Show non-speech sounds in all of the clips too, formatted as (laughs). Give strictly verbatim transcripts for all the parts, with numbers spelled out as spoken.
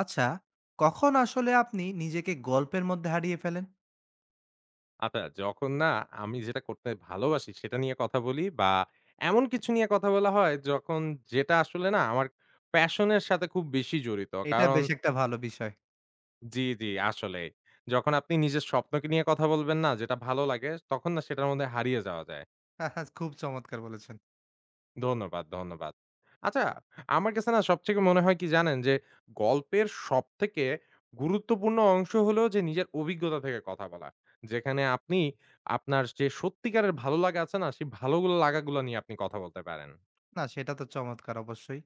আচ্ছা, কখন আসলে আপনি নিজেকে গল্পের মধ্যে হারিয়ে ফেলেন? আচ্ছা, যখন না আমি যেটা করতে ভালোবাসি সেটা নিয়ে কথা বলি বা এমন কিছু নিয়ে কথা বলা হয় যখন যেটা আসলে না আমার প্যাশন এর সাথে খুব বেশি জড়িত। এটা কারণ বেশ একটা ভালো বিষয়। জি, জি আসলেই। যখন আপনি নিজের স্বপ্নকে নিয়ে কথা বলবেন না যেটা ভালো লাগে তখন না সেটার মধ্যে হারিয়ে যাওয়া যায়। (laughs) খুব চমৎকার বলেছেন। ধন্যবাদ, ধন্যবাদ। আচ্ছা, আমার কাছে না সবথেকে মনে হয় কি জানেন? যে গল্পের সবথেকে গুরুত্বপূর্ণ অংশ হলো যে নিজের অভিজ্ঞতা থেকে কথা বলা। যেখানে আপনি আপনার যে সত্যিকারের ভালো লাগা আছে না? সেই ভালো লাগাগুলা নিয়ে আপনি কথা বলতে পারেন। না সেটা তো চমৎকার অবশ্যই।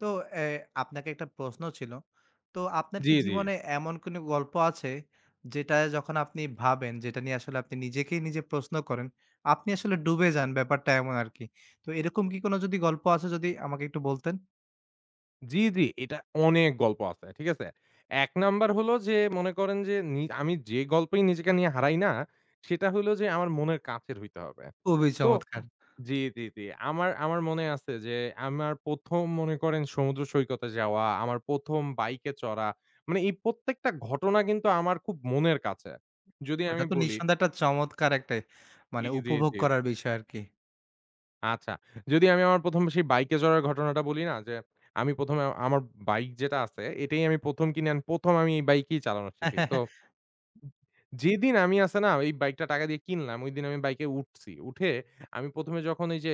তো এ আপনাকে একটা প্রশ্ন ছিল। তো আপনার জি, কি জি। জীবনে এমন কোনো গল্প আছে, যেটা যখন আপনি ভাবেন, যেটা নিয়ে আসলে আপনি নিজেকেই নিজে প্রশ্ন করেন, আপনি আসলে ডুবে যান ব্যাপারটা এমন আরকি। তো এরকম কি কোনো যদি গল্প আছে যদি আমাকে একটু বলতেন? জি, জি। এটা অনেক গল্প আছে। ঠিক আছে? এক নাম্বার হলো যে মনে করেন যে নি আমি যে গল্পেই নিজেকে নিয়ে হারাই না, সেটা হলো যে আমার মনের কাছের হইতে হবে। খুবই তো চমৎকার। জি, জি, জি। আমার আমার মনে আছে যে আমার ১ম মনে করেন সমুদ্র সৈকতে যাওয়া, আমার ১ম বাইকে চড়া। মানে এই প্রত্যেকটা ঘটনা কিন্তু আমার খুব মনের কাছে। যদি ওটা আমি তো বলি নিঃসন্দেহে একটা চমৎকার একটা জি, মানে জি, উপভোগ জি। করার বিষয় আরকি। আচ্ছা। যদি আমি আমার ১ম সেই বাইকে চড়ার ঘটনাটা বলি না? যে আমি ১ম এ আমার বাইক যেটা আছে, এটাই আমি ১ম কিনি অ্যান্ড ১ম আমি এই বাইকেই চালানো শিখি। তো (laughs) যেদিন আমি আছে না, এই বাইকটা টাকা দিয়ে কিনলাম, ঐদিন আমি বাইকে উঠছি। উঠে আমি ১ম এ যখন এই যে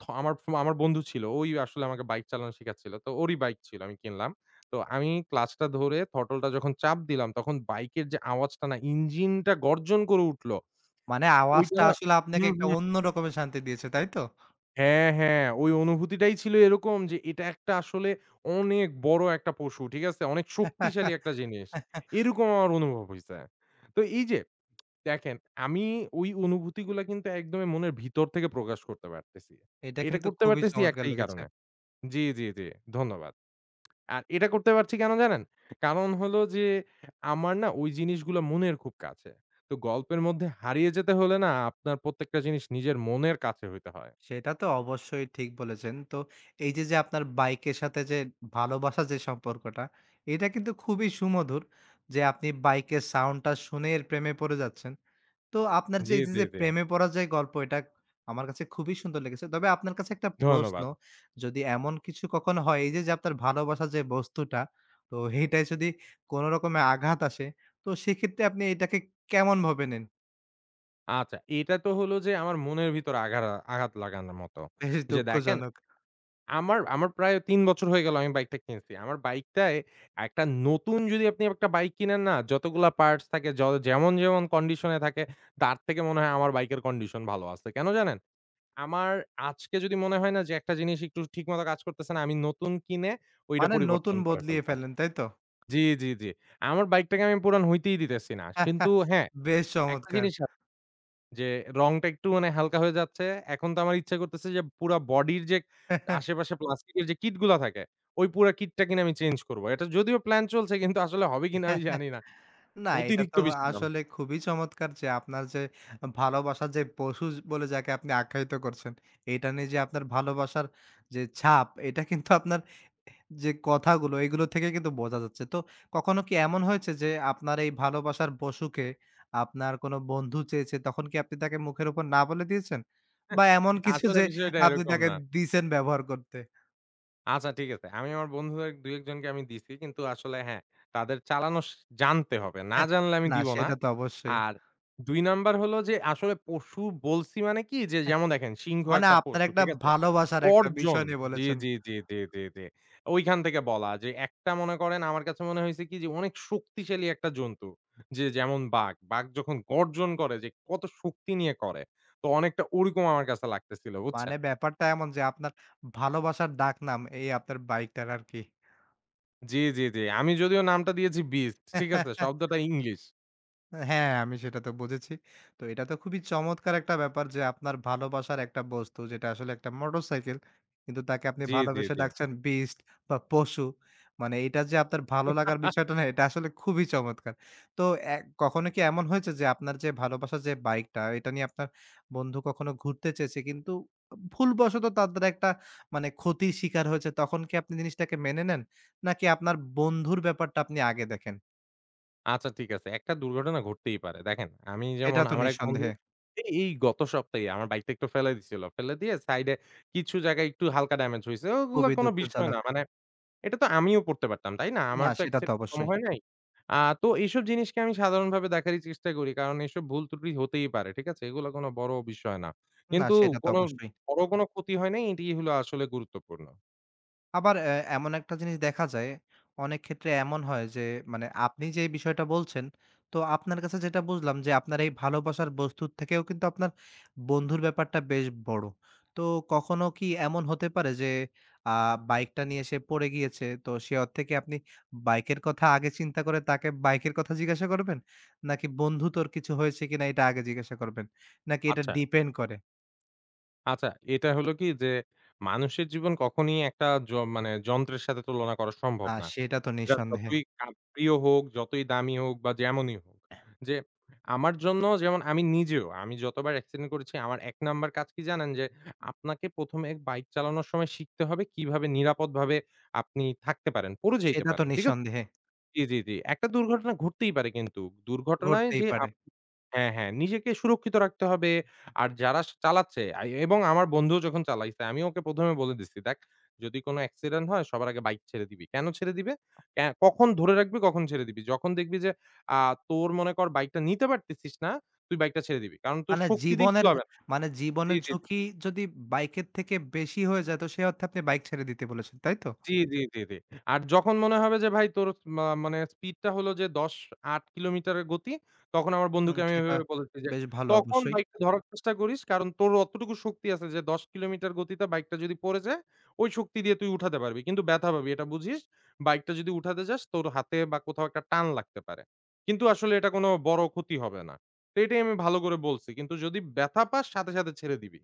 থ আমার আমার বন্ধু ছিল, ওই আসলে আমাকে বাইক চালানো শিখাচ্ছিল। তো ওরই বাইক ছিল, আমি কিনলাম। তো আমি ক্লাচটা ধরে থটলটা যখন চাপ দিলাম, তখন বাইকের যে আওয়াজটা না, ইঞ্জিনটা গর্জন করে উঠল। মানে ওইটা আওয়াজটা না আসলে আপনাকে হুম, একটা হুম। অন্য রকমের শান্তি দিয়েছে, তাই তো? হ্যাঁ, হ্যাঁ। ওই অনুভূতিটাই ছিল এরকম যে এটা একটা আসলে অনেক বড় একটা পশু। ঠিক আছে? অনেক শক্তিশালী একটা জিনিস। এরকম আমার অনুভব হইছে। তো এই যে দেখেন আমি ওই অনুভূতিগুলা কিন্তু একদমই মনের ভিতর থেকে প্রকাশ করতে পারতেছি। এটা এটা কিন্তু করতে খুবই পারতেছি চমৎকার একটাই লেগেছে। কারণে। জি, জি, জি। ধন্যবাদ। আর এটা করতে পারছি কেন জানেন? কারণ হলো যে আমার না ওই জিনিসগুলা মনের খুব কাছে। তো গল্পের মধ্যে হারিয়ে যেতে হলে না আপনার প্রত্যেকটা জিনিস নিজের মনের কাছে হইতে হয়। সেটা তো অবশ্যই ঠিক বলেছেন। তো এই যে, যে আপনার বাইকের সাথে যে ভালোবাসার যে সম্পর্কটা, এটা কিন্তু খুবই সুমধুর যে আপনি বাইকের সাউন্ডটা শুনে এর প্রেমে পড়ে যাচ্ছেন। তো আপনার যে জি, এই যে, জি, যে জি। প্রেমে পরাজয় গল্প এটা আমার কাছে খুবই সুন্দর লেগেছে। তবে আপনার কাছে একটা প্রশ্ন, ধন্যবাদ। যদি এমন কিছু কখনো হয় এই যে, যে আপনার ভালোবাসার যে বস্তুটা, তো এইটায় যদি কোন রকমের আঘাত আসে, তো সেক্ষেত্রে আপনি এটাকে কেমনভাবে নেন? আচ্ছা, এটা তো হলো যে আমার মনের ভিতরে আঘারা আঘাত লাগানোর মতো। বেশ যে দেখেন, দুঃখজনক। আমার আমার প্রায় তিন বছর হয়ে গেল আমি বাইকটা কিনছি। আমার বাইকটায় একটা নতুন যদি আপনি একটা বাইক কিনেন না, যতগুলা পার্টস থাকে য যেমন, যেমন কন্ডিশনে থাকে তার থেকে মনে হয় আমার বাইকের কন্ডিশন ভালো আছে। কেন জানেন? আমার আজকে যদি মনে হয় না যে একটা জিনিস একটু ঠিকমতো কাজ করতেছে না, আমি নতুন কিনে ওইটা মানে পরিবর্তন নতুন করে বদলিয়ে ফেলব। ফেলেন, তাই তো? জি, জি, জি। আমার বাইকটাকে আমি পুরান হইতেই দিতেছি না। কিন্তু (laughs) হ্যাঁ, বেশ একটা চমৎকার। জিনিস যে রংটা একটু মানে হালকা হয়ে যাচ্ছে। এখন তো আমার ইচ্ছা করতেছে যে পুরা বডির যে (laughs) আশেপাশে প্লাস্টিকের যে কিট গুলা থাকে, ওই পুরা কিটটা কিনা আমি চেঞ্জ করব। এটা যদিও প্ল্যান চলছে কিন্তু আসলে হবে কিনা আমি জানি না। না, এটা অতিরিক্ত তো বেশি দাম। আসলে খুবই চমৎকার যে আপনার যে ভালোবাসার যে পশু বলে যাকে আপনি আখ্যায়িত করছেন, এটা নিয়ে যে আপনার ভালোবাসার যে ছাপ, এটা কিন্তু আপনার যে কথাগুলো এগুলো থেকে কিন্তু বোঝা যাচ্ছে। তো কখনো কি এমন হয়েছে যে আপনার এই ভালোবাসার পশুকে আপনার কোনো বন্ধু চেয়েছে, তখন কি আপনি তাকে মুখের উপর না বলে দিয়েছেন? বা (laughs) এমন কিছু আসলে যে বিষয়টা আপনি এরকম তাকে না। দিছেন ব্যবহার করতে? আচ্ছা ঠিক আছে। আমি আমার বন্ধুদের দুই এক জনকে আমি দিছি। কিন্তু আসলে হ্যাঁ, তাদের চালানো স জানতে হবে। না (laughs) জানলে আমি না দিব না। সেটা তো অবশ্যই। আর দুই নাম্বার হলো যে আসলে পশু বলছি মানে কি যে যেমন দেখেন সিংহ মানে একটা আপনার পশু, একটা ঠিক আছে? ভালোবাসার একটা গর্জন বিষয় নিয়ে জি, বলেছেন। জি, জি, জি, জি, জি। ওইখান থেকে বলা যে একটা মনে করেন আমার কাছে মনে হইছে কি যে অনেক শক্তিশালী একটা জন্তু। যে যেমন বাঘ। বাঘ যখন গর্জন করে যে কত শক্তি নিয়ে করে। তো অনেকটা ওরকম আমার কাছে লাগতেছিল, মানে বুঝছেন? ব্যাপারটা এমন যে আপনার ভালোবাসার ডাকনাম এই আপনার বাইকটার আরকি। জি, জি, জি। আমি যদিও নামটা দিয়েছি বিস্ট, ঠিক আছে? শব্দটা ইংলিশ। হ্যাঁ, আমি সেটা তো বুঝেছি। তো এটা তো খুবই চমৎকার একটা ব্যাপার যে আপনার ভালোবাসার একটা বস্তু যেটা আসলে একটা মোটরসাইকেল। কিন্তু তাকে আপনি জি, জি, ভালোবেসে জি। ডাকছেন বিস্ট বা পশু। মানে এটা যে আপনার ভালো লাগার বিষয়টা না এটা আসলে খুবই চমৎকার। তো এ কখনো কি এমন হয়েছে যে আপনার যে ভালোবাসার যে বাইকটা এটা নিয়ে আপনার বন্ধু কখনো ঘুরতে চেয়েছে কিন্তু ভুলবশত তাদের একটা মানে ক্ষতির শিকার হয়েছে তখন কি আপনি জিনিসটাকে মেনে নেন? নাকি আপনার বন্ধুর ব্যাপারটা আপনি আগে দেখেন? আচ্ছা ঠিক আছে। একটা দুর্ঘটনা ঘটতেই পারে। দেখেন, আমি যেমন এটা তো আমার এক বন্ধু নিঃসন্দেহে এই এই গত সপ্তাহে আমার বাইকটা একটু ফেলে দিছিল। ফেলে দিয়ে সাইডে কিছু জায়গায় একটু হালকা ড্যামেজ হইছে। ওগুলা খুবই কোনো বিষয় না। দুঃখজনক। মানে এটা তো আমিও পড়তে পারতাম, তাই না? না, আমার তো সেটা তো অ্যাক্সিডেন্ট কম অবশ্যই। হয় নাই। আ তো এইসব জিনিসকে আমি সাধারণভাবে দেখারই চেষ্টা করি। কারণ এইসব ভুল ত্রুটি হতেই পারে, ঠিক আছে? এগুলা কোনো বড় বিষয় না। না, কিন্তু সেটা তো কোনো অবশ্যই। বড় কোনো ক্ষতি হয় নাই, এটিই হলো আসলে গুরুত্বপূর্ণ। আবার অ্যা এমন একটা জিনিস দেখা যায়, অনেক ক্ষেত্রে এমন হয় যে মানে আপনি যে বিষয়টা বলছেন, তো আপনার কাছে যেটা বুঝলাম যে আপনার এই ভালোবাসার বস্তুর থেকেও কিন্তু আপনার বন্ধুর ব্যাপারটা বেশ বড়। তো কখনো কি এমন হতে পারে যে আ বাইকটা নিয়ে সে পড়ে গিয়েছে, তো সে অর থেকে আপনি বাইকের কথা আগে চিন্তা করে তাকে বাইকের কথা জিজ্ঞাসা করবেন? নাকি বন্ধু তোর কিছু হয়েছে কিনা এটা আগে জিজ্ঞাসা করবেন? নাকি এটা আচ্ছা। ডিপেন্ড করে? আচ্ছা, এটা হলো কি যে মানুষের জীবন কখনই একটা য মানে যন্ত্রের সাথে তুলনা করা সম্ভব না, না। সেটা তো এটা নিঃসন্দেহে। যতই আ প্রিয় হোক, যতই দামি হোক বা যেমনই হোক। যে আমার জন্য যেমন আমি নিজেও আমি যতবার অ্যাক্সিডেন্ট করেছি আমার এক নাম্বার কাজ কি জানেন? যে আপনাকে ১ম এ বাইক চালানোর সময় শিখতে হবে কিভাবে নিরাপদভাবে আপনি থাকতে পারেন, পড়ে যাইতে সেটা তো পারেন। ঠিক আছে? নিঃসন্দেহে জি, জি, জি। একটা দুর্ঘটনা ঘটতেই পারে কিন্তু। দুর্ঘটনায় ঘটতেই যে পারে। হ্যাঁ, হ্যাঁ। নিজেকে সুরক্ষিত রাখতে হবে। আর যারা স চালাচ্ছে আ এবং আমার বন্ধুও যখন চালাইছে আমি ওকে ১ম এ বলে দিছি, "দেখ যদি কোন অ্যাক্সিডেন্ট হয় সবার আগে বাইক ছেড়ে দিবি।" কেন ছেড়ে দিবে? ক্যা কখন ধরে রাখবি, কখন ছেড়ে দিবি। যখন দেখবি যে আ তোর মনে কর বাইকটা নিতে পারতেছিস না, তুই বাইকটা ছেড়ে দিবি। কারণ তোর মানে শক্তি দিয়ে জীবনের কুলাবে না। মানে জি, জীবনের জি। ঝুঁকি যদি বাইকের থেকে বেশি হয়ে যায় তো সে অর্থে আপনি বাইক ছেড়ে দিতে বলেছেন, তাই তো? জি, জি, জি, জি। আর যখন মনে হবে যে ভাই তোর মা মানে স্পিডটা হলো যে দশ আট কিলোমিটারের গতি, তখন আমার হুম, বন্ধুকে আমি সেটা এভাবে বলেছি যে, বেশ ভালো "তখন অবশ্যই। বাইকটা ধরার চেষ্টা করিস। কারণ তোর অতটুকু শক্তি আছে যে দশ কিলোমিটার গতিতে বাইকটা যদি পড়ে যায়, ওই শক্তি দিয়ে তুই উঠাতে পারবি। কিন্তু ব্যথা পাবি। এটা বুঝিস। বাইকটা যদি উঠাতে যাস তোর হাতে বা কোথাও একটা টান লাগতে পারে। কিন্তু আসলে এটা কোনো বড় ক্ষতি হবে না।" তো এটাই আমি ভালো করে বলছি। কিন্তু যদি ব্যথা পাস সাথে, সাথে ছেড়ে দিবি।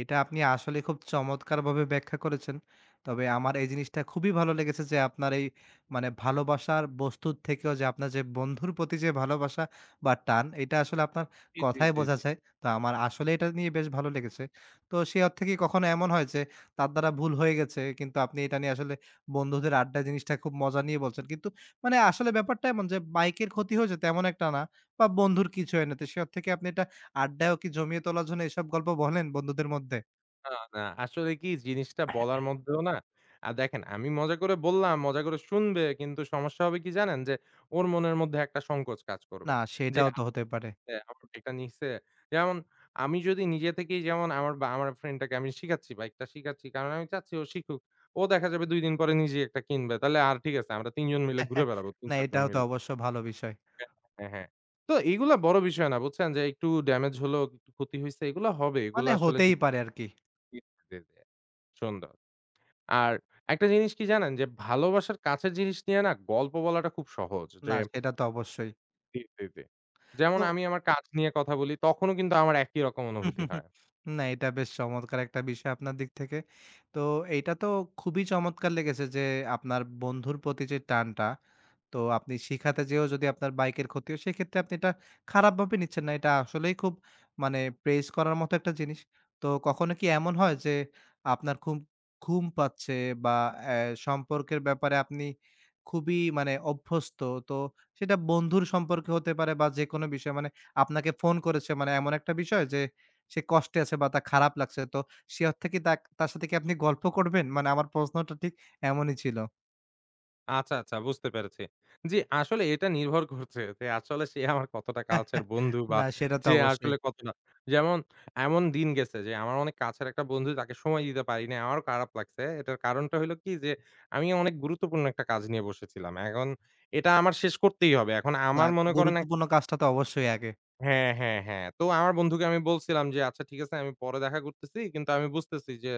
এটা আপনি আসলে খুব চমৎকারভাবে ব্যাখ্যা করেছেন। তবে আমার এই জিনিসটা খুবই ভালো লেগেছে যে আপনার এই মানে ভালোবাসার বস্তুর থেকেও যে আপনার যে বন্ধুর প্রতি যে ভালোবাসা বা টান এটা আসলে আপনার জি, জি, কথায় জি, বোঝা জি। যায়। তো আমার আসলে এটা নিয়ে বেশ ভালো লেগেছে। তো সে অর্থে কি কখনো এমন হয় যে তার দ্বারা ভুল হয়ে গেছে কিন্তু আপনি এটা নিয়ে আসলে বন্ধুদের আড্ডা জিনিসটা খুব মজা নিয়ে বলছেন। কিন্তু মানে আসলে ব্যাপারটা এমন যে বাইকের ক্ষতি হয়েছে তেমন একটা না বা বন্ধুর কিছু হয় না। তো সে অর্থে কি আপনি এটা আড্ডায়ও কি জমিয়ে তোলার জন্য এসব গল্প বলেন বন্ধুদের মধ্যে? না, না। আসলে কি জিনিসটা বলার মধ্যেও না আ দেখেন আমি মজা করে বললাম, মজা করে শুনবে। কিন্তু সমস্যা হবে কি জানেন? যে ওর মনের মধ্যে একটা সংকোচ কাজ করবে। না যে সেটাও তো আচ্ছা হতে পারে। আমার বাইকটা নিছে। যেমন আমি যদি নিজে থেকেই যেমন আমার বা আমার ফ্রেন্ডটাকে আমি শিখাচ্ছি, বাইকটা শিখাচ্ছি। কারণ আমি চাচ্ছি ও শিখুক। ও দেখা যাবে দুই দিন পরে নিজেই একটা কিনবে। তাহলে আর ঠিক আছে আমরা তিন জন মিলে ঘুরে (laughs) বেড়াবো না তিন চার জন এটাও তো মিলে। অবশ্য ভালো বিষয়। হ্যাঁ, হ্যাঁ। তো এগুলা বড় বিষয় না বুঝছেন? যে একটু ড্যামেজ হলো, একটু ক্ষতি হইছে এগুলা হবে। এগুলা মানে আসলে হতেই জীবন পারে আরকি। সুন্দর। আর একটা জিনিস কি জানেন? যে ভালোবাসার কাছের জিনিস নিয়ে না গল্প বলাটা খুব সহজ। যে না সেটা তো অবশ্যই। জি, জি, জি। যেমন তো আমি আমার কাজ নিয়ে কথা বলি, তখনও কিন্তু আমার একই রকম অনুভূতি (laughs) হয়। না এটা বেশ চমৎকার একটা বিষয় আপনার দিক থেকে। তো এইটা তো খুবই চমৎকার লেগেছে যে আপনার বন্ধুর প্রতি যে টানটা তো আপনি শিখাতে যেয়েও যদি আপনার বাইকের ক্ষতি হয়, সেক্ষেত্রে আপনি এটা খারাপভাবে নিচ্ছেন না। এটা আসলেই খুব মানে প্রেইজ করার মতো একটা জিনিস। তো কখনো কি এমন হয় যে আপনার খুব ঘুম পাচ্ছে বা অ্যা সম্পর্কের ব্যাপারে আপনি খুবই মানে অভ্যস্ত। তো সেটা বন্ধুর সম্পর্কে হতে পারে বা যেকোনো বিষয় মানে আপনাকে ফোন করেছে মানে এমন একটা বিষয় যে সে কষ্টে আছে বা তার খারাপ লাগছে। তো সে অর্থে কি তাক তার সাথে কি আপনি গল্প করবেন? মানে আমার প্রশ্নটা ঠিক এমনই ছিল। আচ্ছা, আচ্ছা বুঝতে পেরেছি। জি, আসলে এটা নির্ভর করছে যে আসলে সে আমার কতটা কাছের (laughs) বন্ধু বা না সেটা তো যে অবশ্যই। আসলে কতটা যেমন এমন দিন গেছে যে আমার অনেক কাছের একটা বন্ধু তাকে সময় দিতে পারি নাই। আমারও খারাপ লাগছে। এটার কারণটা হইলো কি যে আমি অনেক গুরুত্বপূর্ণ একটা কাজ নিয়ে বসেছিলাম। এখন এটা আমার শেষ করতেই হবে। এখন না, আমার মনে করেন গুরুত্বপূর্ণ কাজটা তো অবশ্যই আগে। হ্যাঁ, হ্যাঁ, হ্যাঁ। তো আমার বন্ধুকে আমি বলছিলাম যে, "আচ্ছা ঠিক আছে আমি পরে দেখা করতেছি। কিন্তু আমি বুঝতেছি যে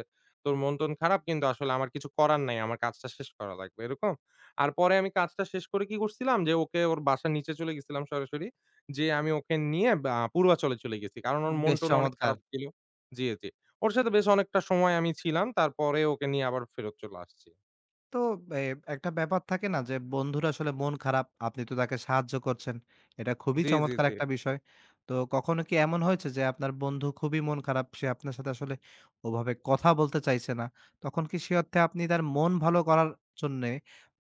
তোর মন-টন খারাপ কিন্তু আসলে আমার কিছু করার নাই। আমার কাজটা শেষ করা লাগবে।" এরকম। আর পরে আমি কাজটা শেষ করে কি করছিলাম যে ওকে ওর বাসার নিচে চলে গেছিলাম সরাসরি। যেয়ে আমি ওকে নিয়ে বা পূর্বাচলে চলে গেছি। কারণ ওর বেশ মন-টন অনেক চমৎকার। খারাপ ছিল। জি, জি। ওর সাথে বেশ অনেকটা সময় আমি ছিলাম। তারপরে ওকে নিয়ে আবার ফেরত চলে আসছি। তো এ একটা ব্যাপার থাকে না যে বন্ধুর আসলে মন খারাপ, আপনি তো তাকে সাহায্য করছেন। এটা খুবই জি, জি, চমৎকার জি। একটা বিষয়। তো কখনো কি এমন হয়েছে যে আপনার বন্ধু খুবই মন খারাপ, সে আপনার সাথে আসলে ওভাবে কথা বলতে চাইছে না। তখন কি সে অর্থে আপনি তার মন ভালো করার জন্যে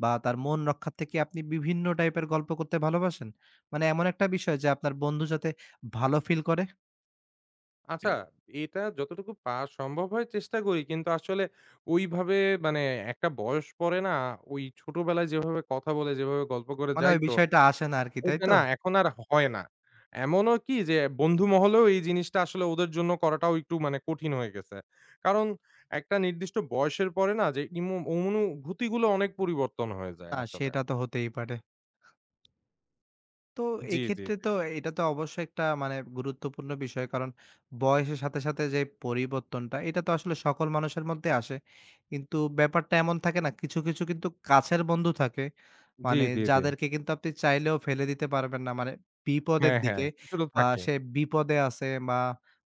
বা তার মন রক্ষার্থে কি আপনি বিভিন্ন টাইপের গল্প করতে ভালোবাসেন? মানে এমন একটা বিষয় যে আপনার বন্ধু যাতে ভালো ফিল করে? আচ্ছা, এটা যতটুকু পারা সম্ভব হয় চেষ্টা করি। কিন্তু আসলে ওইভাবে মানে একটা বয়স পরে না ওই ছোটবেলায় যেভাবে কথা বলে, যেভাবে গল্প করে মানে ওই যাইতো, বিষয়টা আসে না আরকি, তাই ওটা তো? না এখন আর হয় না। এমনও কি যে বন্ধু মহলেও এই জিনিসটা আসলে ওদের জন্য করাটাও একটু মানে কঠিন হয়ে গেছে। কারণ একটা নির্দিষ্ট বয়সের পরে না যে ইমো অনুভূতিগুলো অনেক পরিবর্তন হয়ে যায় না, আসলে। সেটা তো হতেই পারে। তো জি, জি, এক্ষেত্রে জি। তো এটা তো অবশ্যই একটা মানে গুরুত্বপূর্ণ বিষয়। কারণ বয়সের সাথে, সাথে যে পরিবর্তনটা এটা তো আসলে সকল মানুষের মধ্যে আসে। কিন্তু ব্যাপারটা এমন থাকে না কিছু, কিছু কিন্তু কাছের বন্ধু থাকে। জি, মানে জি, জি। যাদেরকে কিন্তু আপনি চাইলেও ফেলে দিতে পারবেন না। মানে বিপদের হ্যাঁ, হ্যাঁ। দিকে কিছু তো বা থাকেই। সে বিপদে আছে বা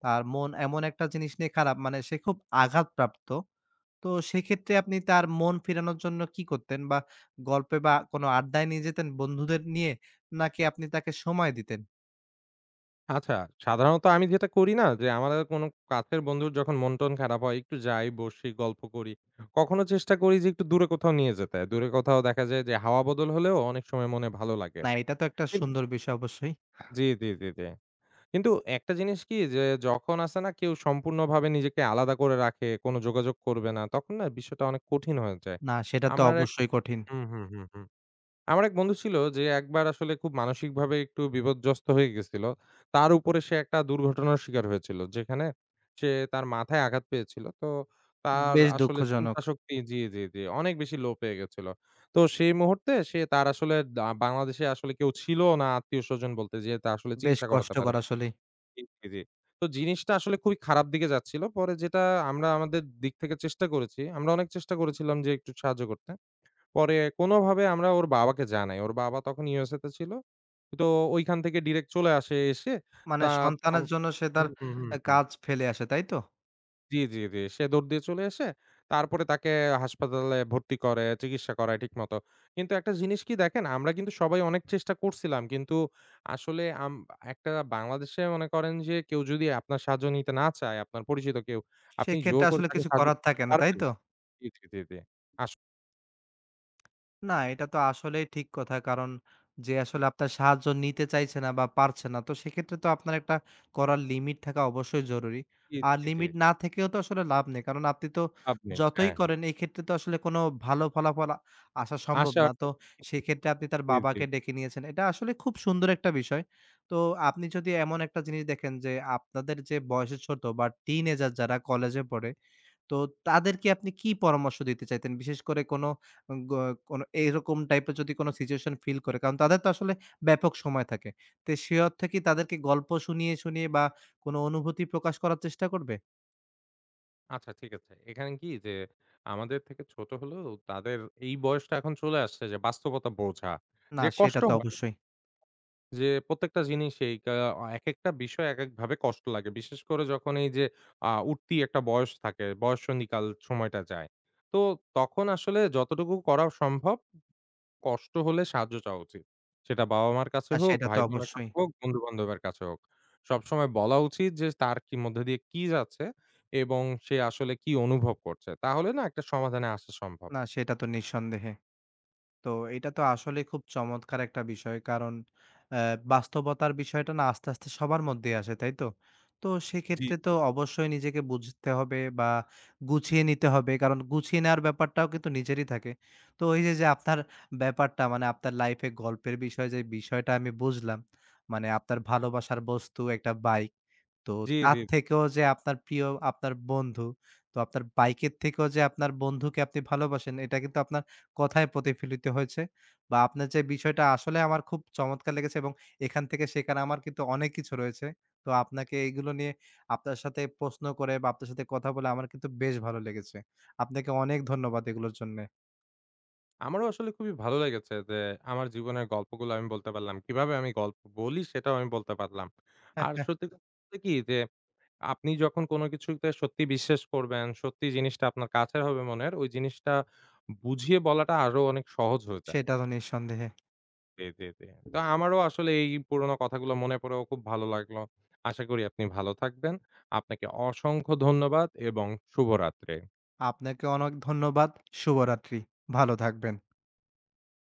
তার মন এমন একটা জিনিস নিয়ে খারাপ মানে সে খুব আঘাতপ্রাপ্ত। তো সেক্ষেত্রে আপনি তার মন ফেরানোর জন্য কি করতেন? বা গল্পে বা কোনো আড্ডায় নিয়ে যেতেন বন্ধুদের নিয়ে? নাকি আপনি তাকে সময় দিতেন? আচ্ছা, সাধারণত আমি যেটা করি না যে আমাদের কোনো কাছের বন্ধুর যখন মন-টন খারাপ হয় একটু যাই, বসি, গল্প করি। কখনো চেষ্টা করি যে একটু দূরে কোথাও নিয়ে যেতে। দূরে কোথাও দেখা যায় যে হাওয়া বদল হলেও অনেক সময় মনে ভালো লাগে। না, এটা তো একটা কিন সুন্দর বিষয় অবশ্যই। জি, জি, জি, জি। কিন্তু একটা জিনিস কি যে যখন আছে না কেউ সম্পূর্ণভাবে নিজেকে আলাদা করে রাখে, কোনো যোগাযোগ করবে না, তখন না বিষয়টা অনেক কঠিন হয়ে যায়। না, সেটা তো আমার এক অবশ্যই কঠিন। হুম, হুম, হুম, হুম। আমার এক বন্ধু ছিল যে একবার আসলে খুব মানসিকভাবে একটু বিপর্যস্ত হয়ে গেছিল। তার উপরে সে একটা দুর্ঘটনার শিকার হয়েছিল। যেখানে সে তার মাথায় আঘাত পেয়েছিল। তো তার বেশ আসলে দুঃখজনক। চিন্তা শক্তি জি, জি, জি, অনেক বেশি লো পেয়ে গেছিল। তো সেই মুহূর্তে সে তার আসলে দা বাংলাদেশে আসলে কেউ ছিল না আত্মীয়স্বজন বলতে যে তা আসলে বেশ চিকিৎসা করাতে পারে। কষ্টকর আসলেই। জি, জি, জি। তো জিনিসটা আসলে খুবই খারাপ দিকে যাচ্ছিল। পরে যেটা আমরা আমাদের দিক থেকে চেষ্টা করেছি। আমরা অনেক চেষ্টা করেছিলাম যে একটু সাহায্য করতে। পরে কোনোভাবে আমরা ওর বাবাকে জানাই। ওর বাবা তখন ইউ এস এ তে ছিল। তো ঐখান থেকে ডিরেক্ট চলে আসে। এসে মানে তা আম সন্তানের জন্য সে তার হুম, হুম, হুম, আ হুম। কাজ ফেলে আসে, তাই তো? জি, জি, জি। সে দৌড় দিয়ে চলে এসে তারপরে তাকে হাসপাতালে ভর্তি করে, চিকিৎসা করায় ঠিকমতো। কিন্তু একটা জিনিস কি দেখেন, আমরা কিন্তু সবাই অনেক চেষ্টা করছিলাম। কিন্তু আসলে আম একটা বাংলাদেশে মনে করেন যে কেউ যদি আপনার সাহায্য নিতে না চায়, আপনার পরিচিত কেউ, আপনি জোর সেক্ষেত্রে করে আসলে তাকে কিছু সাহায্য করার করতে থাকে না, তাই পারবেন? তো? জি, জি, জি, জি। আস না, এটা তো আসলেই ঠিক কথা। কারণ যে আসলে আপনার সাহায্য নিতে চাইছে না বা পারছে না, তো সেক্ষেত্রে তো আপনার একটা করার লিমিট থাকা অবশ্যই জরুরি। জি, আর জি, জি। লিমিট না থেকেও তো আসলে লাভ নেই। কারণ আপনি তো লাভ নেই। যতই হ্যাঁ। করেন এক্ষেত্রে তো আসলে কোনো ভালো ফলাফল আ আসা সম্ভব আশা না। তো (unintelligible) সেক্ষেত্রে আপনি তার জি, জি। বাবাকে ডেকে নিয়েছেন। এটা আসলে খুব সুন্দর একটা বিষয়। তো আপনি যদি এমন একটা জিনিস দেখেন যে আপনাদের যে বয়সে ছোট বা টিনেজার যারা কলেজে পড়ে তো তাদেরকে আপনি কি পরামর্শ দিতে চাইতেন? বিশেষ করে কোনো গ কোনো এরকম টাইপের যদি কোনো সিচুয়েশন ফিল করে। কারণ তাদের তো আসলে ব্যাপক সময় থাকে। তো সে অর্থে কি তাদেরকে গল্প শুনিয়ে, শুনিয়ে বা কোনো অনুভূতি প্রকাশ করার চেষ্টা করবে? আচ্ছা ঠিক আছে। এখানে কি যে আমাদের থেকে ছোট হলেও তাদের এই বয়সটা এখন চলে আসছে যে বাস্তবতা বোঝা। না যে সেটা কষ্ট তো হয় অবশ্যই। যে প্রত্যেকটা জিনিসেই কা একেকটা বিষয় একেকভাবে কষ্ট লাগে। বিশেষ করে যখন এই যে আ উঠতি একটা বয়স থাকে, বয়ঃসন্ধিকাল সময়টা যায়। তো তখন আসলে যতটুকু করা সম্ভব কষ্ট হলে সাহায্য চাওয়া উচিত। সেটা বাবা-মার কাছে না হোক, সেটা তো ভাই-বোনের অবশ্যই। কাছে হোক, বন্ধু-বান্ধবের কাছে হোক। সবসময় বলা উচিত যে তার কি মধ্যে দিয়ে কি যাচ্ছে এবং সে আসলে কি অনুভব করছে। তাহলে না একটা সমাধানে আসা সম্ভব। না সেটা তো নিঃসন্দেহে। তো এটা তো আসলে খুব চমৎকার একটা বিষয়। কারণ অ্যা বাস্তবতার বিষয়টা না আস্তে, আস্তে সবার মধ্যেই আসে, তাই তো? তো জি, সেক্ষেত্রে তো অবশ্যই নিজেকে বুঝতে হবে বা গুছিয়ে নিতে হবে। কারণ গুছিয়ে নেওয়ার ব্যাপারটাও কিন্তু নিজেরই থাকে। তো এই যে, যে আপনার ব্যাপারটা মানে আপনার লাইফে গল্পের বিষয় যে বিষয়টা আমি বুঝলাম। মানে আপনার ভালোবাসার বস্তু একটা বাইক। তো জি, জি। তার থেকেও যে আপনার প্রিয় আপনার বন্ধু, তো আপনার বাইকের থেকেও যে আপনার বন্ধুকে আপনি ভালোবাসেন এটা কিন্তু আপনার কথায় প্রতিফলিত হয়েছে বা আপনার যে বিষয়টা আসলে আমার খুব চমৎকার লেগেছে এবং এখান থেকে শেখার আমার কিন্তু অনেক কিছু রয়েছে। তো আপনাকে এইগুলো নিয়ে আপনার সাথে প্রশ্ন করে বা আপনার সাথে কথা বলে আমার কিন্তু বেশ ভালো লেগেছে। আপনাকে অনেক ধন্যবাদ এগুলোর জন্যে। আমারও আসলে খুবই ভালো লেগেছে যে আমার জীবনের গল্পগুলো আমি বলতে পারলাম। কিভাবে আমি গল্প বলি সেটাও আমি বলতে পারলাম। আর সত্যি (laughs) কথা বলতে কি যে আপনি যখন কোন কিছুতে সত্যি বিশ্বাস করবেন, সত্যি জিনিসটা আপনার কাছের হবে মনের, ওই জিনিসটা বুঝিয়ে বলাটা আরো অনেক সহজ হয়ে যায়। সেটা তো নিঃসন্দেহে। জি, জি, জি। তো আমারও আসলে এই পুরোনো কথাগুলো মনে পড়েও খুব ভালো লাগলো। আশা করি আপনি ভালো থাকবেন। আপনাকে অসংখ্য ধন্যবাদ এবং শুভরাত্রি। আপনাকে অনেক ধন্যবাদ। শুভরাত্রি। ভালো থাকবেন।